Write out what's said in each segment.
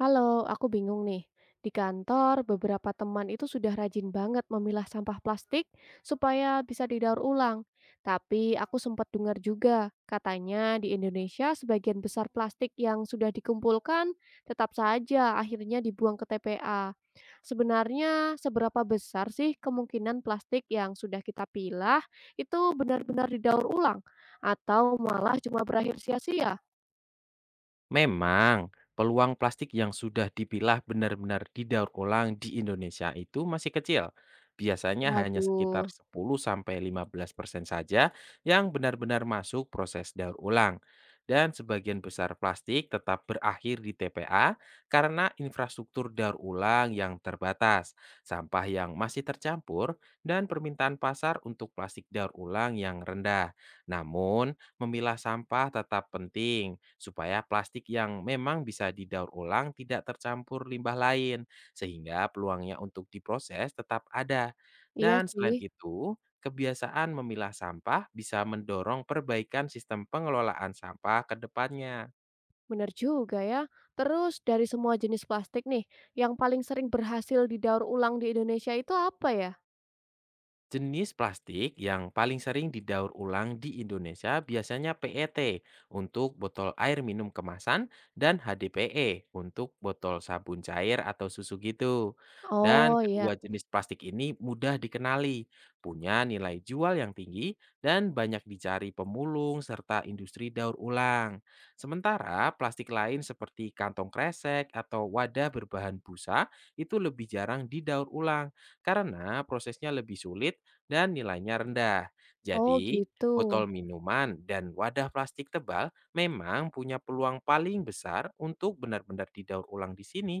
Halo, aku bingung nih. Di kantor, beberapa teman itu sudah rajin banget memilah sampah plastik supaya bisa didaur ulang. Tapi aku sempat dengar juga, katanya di Indonesia sebagian besar plastik yang sudah dikumpulkan tetap saja akhirnya dibuang ke TPA. Sebenarnya, seberapa besar sih kemungkinan plastik yang sudah kita pilah itu benar-benar didaur ulang? Atau malah cuma berakhir sia-sia? Memang, peluang plastik yang sudah dipilah benar-benar didaur ulang di Indonesia itu masih kecil. Biasanya hanya sekitar Waduh, 10-15% saja yang benar-benar masuk proses daur ulang. Dan sebagian besar plastik tetap berakhir di TPA karena infrastruktur daur ulang yang terbatas, sampah yang masih tercampur, dan permintaan pasar untuk plastik daur ulang yang rendah. Namun, memilah sampah tetap penting supaya plastik yang memang bisa didaur ulang tidak tercampur limbah lain, sehingga peluangnya untuk diproses tetap ada. iya Dan sih. selain itu, kebiasaan memilah sampah bisa mendorong perbaikan sistem pengelolaan sampah ke depannya. Benar juga ya. Terus dari semua jenis plastik nih, yang paling sering berhasil didaur ulang di Indonesia itu apa ya? Jenis plastik yang paling sering didaur ulang di Indonesia biasanya PET untuk botol air minum kemasan dan HDPE untuk botol sabun cair atau susu gitu. Dan Oh ya, kedua jenis plastik ini mudah dikenali, punya nilai jual yang tinggi dan banyak dicari pemulung serta industri daur ulang. Sementara plastik lain seperti kantong kresek atau wadah berbahan busa itu lebih jarang didaur ulang karena prosesnya lebih sulit dan nilainya rendah. oh Jadi, gitu. botol minuman dan wadah plastik tebal memang punya peluang paling besar untuk benar-benar didaur ulang di sini.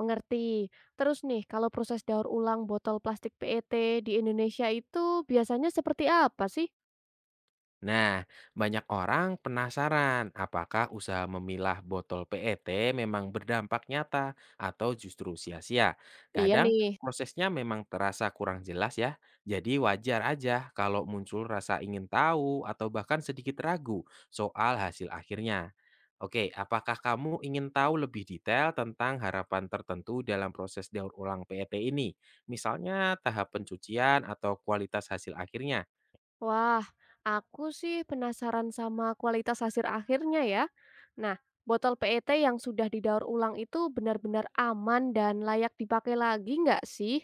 Mengerti. Terus nih, kalau proses daur ulang botol plastik PET di Indonesia itu biasanya seperti apa sih? Nah, banyak orang penasaran apakah usaha memilah botol PET memang berdampak nyata atau justru sia-sia. Iya Kadang nih. prosesnya memang terasa kurang jelas ya, jadi wajar aja kalau muncul rasa ingin tahu atau bahkan sedikit ragu soal hasil akhirnya. Oke, apakah kamu ingin tahu lebih detail tentang harapan tertentu dalam proses daur ulang PET ini? Misalnya tahap pencucian atau kualitas hasil akhirnya? Wah, aku sih penasaran sama kualitas hasil akhirnya ya. Nah, botol PET yang sudah didaur ulang itu benar-benar aman dan layak dipakai lagi nggak sih?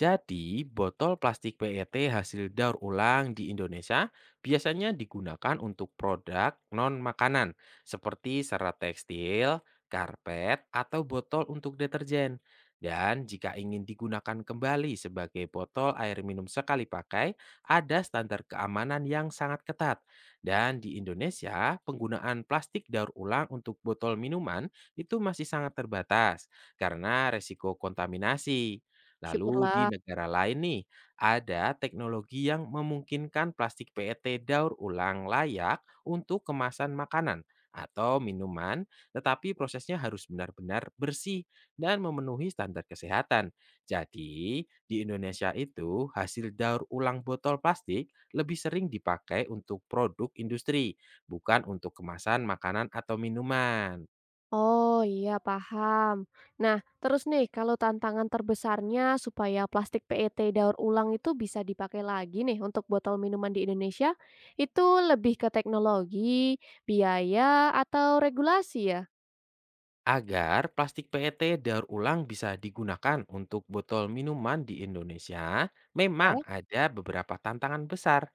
Jadi, botol plastik PET hasil daur ulang di Indonesia biasanya digunakan untuk produk non-makanan seperti serat tekstil, karpet, atau botol untuk deterjen. Dan jika ingin digunakan kembali sebagai botol air minum sekali pakai, ada standar keamanan yang sangat ketat. Dan di Indonesia, penggunaan plastik daur ulang untuk botol minuman itu masih sangat terbatas karena resiko kontaminasi. Lalu di Syukurlah. negara lain nih, ada teknologi yang memungkinkan plastik PET daur ulang layak untuk kemasan makanan atau minuman, tetapi prosesnya harus benar-benar bersih dan memenuhi standar kesehatan. Jadi, di Indonesia itu hasil daur ulang botol plastik lebih sering dipakai untuk produk industri, bukan untuk kemasan makanan atau minuman. Oh iya paham. Nah, terus nih kalau tantangan terbesarnya supaya plastik PET daur ulang itu bisa dipakai lagi nih untuk botol minuman di Indonesia, itu lebih ke teknologi, biaya, atau regulasi ya? Agar plastik PET daur ulang bisa digunakan untuk botol minuman di Indonesia, Ya, memang ada beberapa tantangan besar.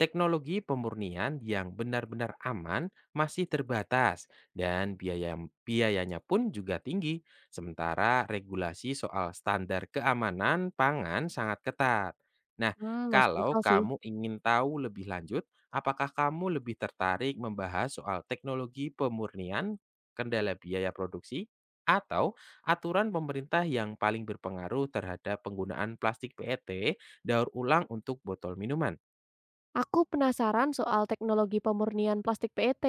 Teknologi pemurnian yang benar-benar aman masih terbatas dan biayanya pun juga tinggi, sementara regulasi soal standar keamanan pangan sangat ketat. Nah, masuk akal kalau sih. kamu ingin tahu lebih lanjut, apakah kamu lebih tertarik membahas soal teknologi pemurnian, kendala biaya produksi, atau aturan pemerintah yang paling berpengaruh terhadap penggunaan plastik PET daur ulang untuk botol minuman? Aku penasaran soal teknologi pemurnian plastik PET.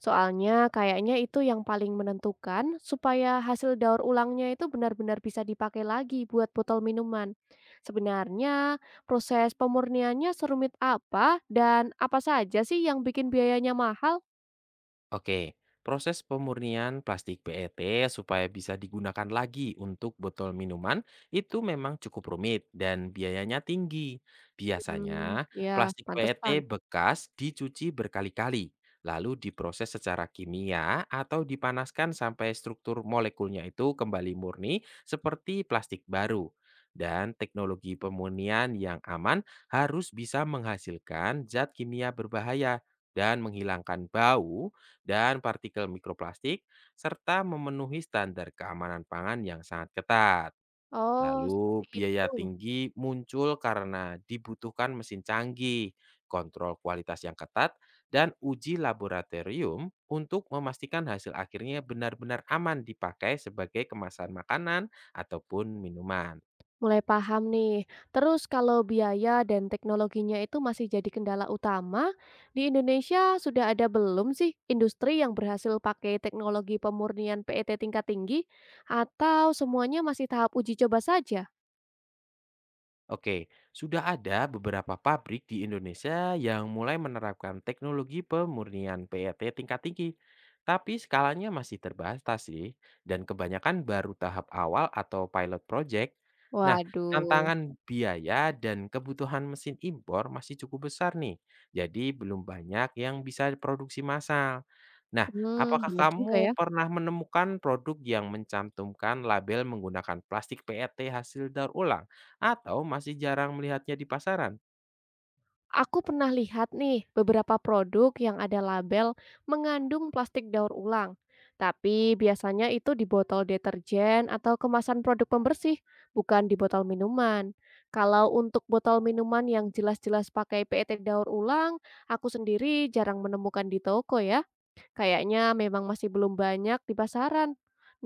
Soalnya kayaknya itu yang paling menentukan supaya hasil daur ulangnya itu benar-benar bisa dipakai lagi buat botol minuman. Sebenarnya proses pemurniannya serumit apa dan apa saja sih yang bikin biayanya mahal? Oke, proses pemurnian plastik PET supaya bisa digunakan lagi untuk botol minuman itu memang cukup rumit dan biayanya tinggi. Biasanya, Ya, plastik PET pantesan. bekas dicuci berkali-kali, lalu diproses secara kimia atau dipanaskan sampai struktur molekulnya itu kembali murni seperti plastik baru. Dan teknologi pemurnian yang aman harus bisa menghasilkan zat kimia berbahaya dan menghilangkan bau dan partikel mikroplastik, serta memenuhi standar keamanan pangan yang sangat ketat. Oh, Lalu, seperti biaya itu. tinggi muncul karena dibutuhkan mesin canggih, kontrol kualitas yang ketat, dan uji laboratorium untuk memastikan hasil akhirnya benar-benar aman dipakai sebagai kemasan makanan ataupun minuman. Mulai paham nih. Terus kalau biaya dan teknologinya itu masih jadi kendala utama, di Indonesia sudah ada belum sih industri yang berhasil pakai teknologi pemurnian PET tingkat tinggi atau semuanya masih tahap uji coba saja? Oke, sudah ada beberapa pabrik di Indonesia yang mulai menerapkan teknologi pemurnian PET tingkat tinggi. Tapi skalanya masih terbatas sih, dan kebanyakan baru tahap awal atau pilot project. Nah, Waduh. tantangan biaya dan kebutuhan mesin impor masih cukup besar nih. Jadi belum banyak yang bisa produksi massal. Nah, Hmm, apakah bener juga ya. kamu pernah menemukan produk yang mencantumkan label menggunakan plastik PET hasil daur ulang? Atau masih jarang melihatnya di pasaran? Aku pernah lihat nih beberapa produk yang ada label mengandung plastik daur ulang, tapi biasanya itu di botol deterjen atau kemasan produk pembersih, bukan di botol minuman. Kalau untuk botol minuman yang jelas-jelas pakai PET daur ulang, aku sendiri jarang menemukan di toko ya. Kayaknya memang masih belum banyak di pasaran.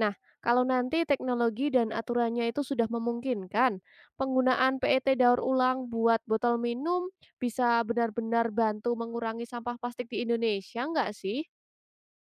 Nah, kalau nanti teknologi dan aturannya itu sudah memungkinkan, penggunaan PET daur ulang buat botol minum bisa benar-benar bantu mengurangi sampah plastik di Indonesia nggak sih?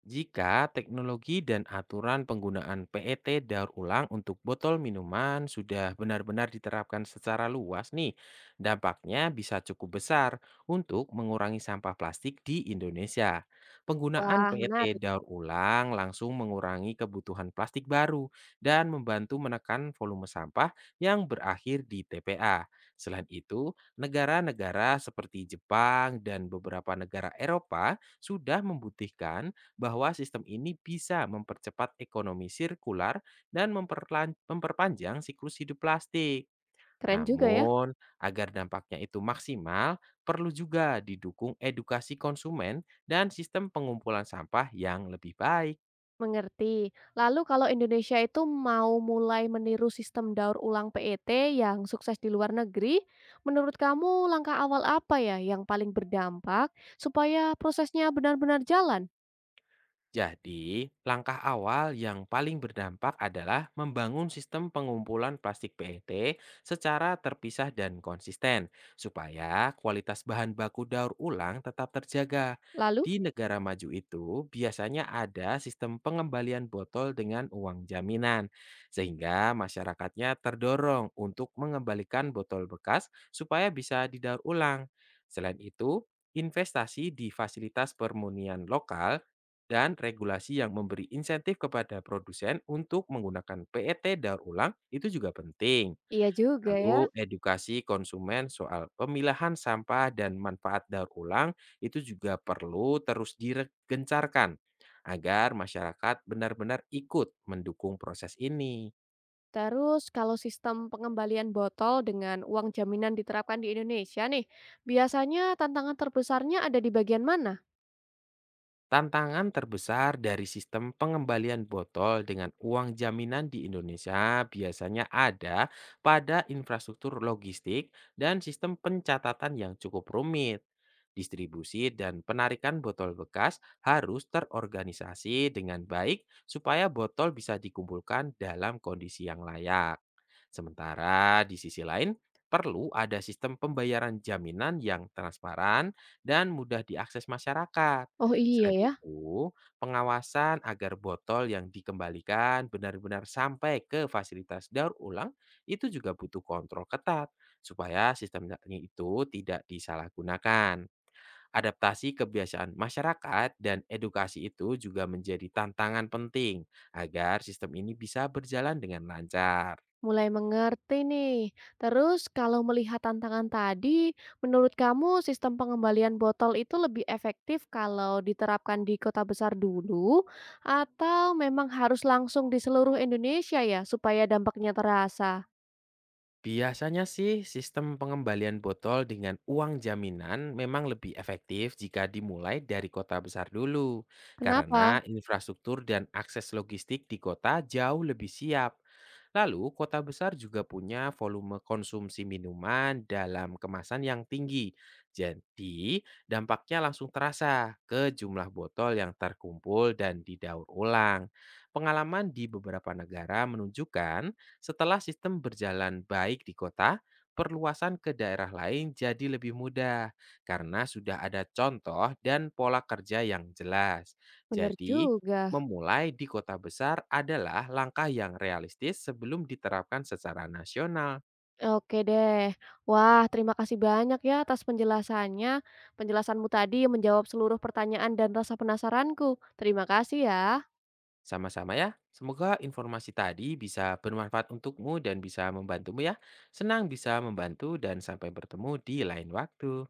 Jika teknologi dan aturan penggunaan PET daur ulang untuk botol minuman sudah benar-benar diterapkan secara luas nih, dampaknya bisa cukup besar untuk mengurangi sampah plastik di Indonesia. Penggunaan Wah, PET menarik. daur ulang langsung mengurangi kebutuhan plastik baru dan membantu menekan volume sampah yang berakhir di TPA. Selain itu, negara-negara seperti Jepang dan beberapa negara Eropa sudah membuktikan bahwa sistem ini bisa mempercepat ekonomi sirkular dan memperpanjang siklus hidup plastik. Keren juga ya. Namun, agar dampaknya itu maksimal, perlu juga didukung edukasi konsumen dan sistem pengumpulan sampah yang lebih baik. Mengerti. Lalu kalau Indonesia itu mau mulai meniru sistem daur ulang PET yang sukses di luar negeri, menurut kamu langkah awal apa ya yang paling berdampak supaya prosesnya benar-benar jalan? Jadi, langkah awal yang paling berdampak adalah membangun sistem pengumpulan plastik PET secara terpisah dan konsisten, supaya kualitas bahan baku daur ulang tetap terjaga. Lalu? Di negara maju itu, biasanya ada sistem pengembalian botol dengan uang jaminan, sehingga masyarakatnya terdorong untuk mengembalikan botol bekas supaya bisa didaur ulang. Selain itu, investasi di fasilitas permunian lokal dan regulasi yang memberi insentif kepada produsen untuk menggunakan PET daur ulang itu juga penting. Iya juga ya. Lalu edukasi konsumen soal pemilahan sampah dan manfaat daur ulang itu juga perlu terus digencarkan agar masyarakat benar-benar ikut mendukung proses ini. Terus kalau sistem pengembalian botol dengan uang jaminan diterapkan di Indonesia nih, biasanya tantangan terbesarnya ada di bagian mana? Tantangan terbesar dari sistem pengembalian botol dengan uang jaminan di Indonesia biasanya ada pada infrastruktur logistik dan sistem pencatatan yang cukup rumit. Distribusi dan penarikan botol bekas harus terorganisasi dengan baik supaya botol bisa dikumpulkan dalam kondisi yang layak. Sementara di sisi lain, perlu ada sistem pembayaran jaminan yang transparan dan mudah diakses masyarakat. Oh iya Selain ya, itu, pengawasan agar botol yang dikembalikan benar-benar sampai ke fasilitas daur ulang itu juga butuh kontrol ketat supaya sistemnya itu tidak disalahgunakan. Adaptasi kebiasaan masyarakat dan edukasi itu juga menjadi tantangan penting agar sistem ini bisa berjalan dengan lancar. mulai mengerti nih. Terus kalau melihat tantangan tadi, menurut kamu sistem pengembalian botol itu lebih efektif kalau diterapkan di kota besar dulu atau memang harus langsung di seluruh Indonesia ya supaya dampaknya terasa? Biasanya sih sistem pengembalian botol dengan uang jaminan memang lebih efektif jika dimulai dari kota besar dulu, Kenapa? karena infrastruktur dan akses logistik di kota jauh lebih siap. Lalu, kota besar juga punya volume konsumsi minuman dalam kemasan yang tinggi. Jadi, dampaknya langsung terasa ke jumlah botol yang terkumpul dan didaur ulang. Pengalaman di beberapa negara menunjukkan setelah sistem berjalan baik di kota, perluasan ke daerah lain jadi lebih mudah karena sudah ada contoh dan pola kerja yang jelas. Bener Jadi, juga. memulai di kota besar adalah langkah yang realistis sebelum diterapkan secara nasional. Oke deh. Wah, terima kasih banyak ya atas penjelasannya. Penjelasanmu tadi menjawab seluruh pertanyaan dan rasa penasaranku. Terima kasih ya. Sama-sama ya, semoga informasi tadi bisa bermanfaat untukmu dan bisa membantumu ya. Senang bisa membantu dan sampai bertemu di lain waktu.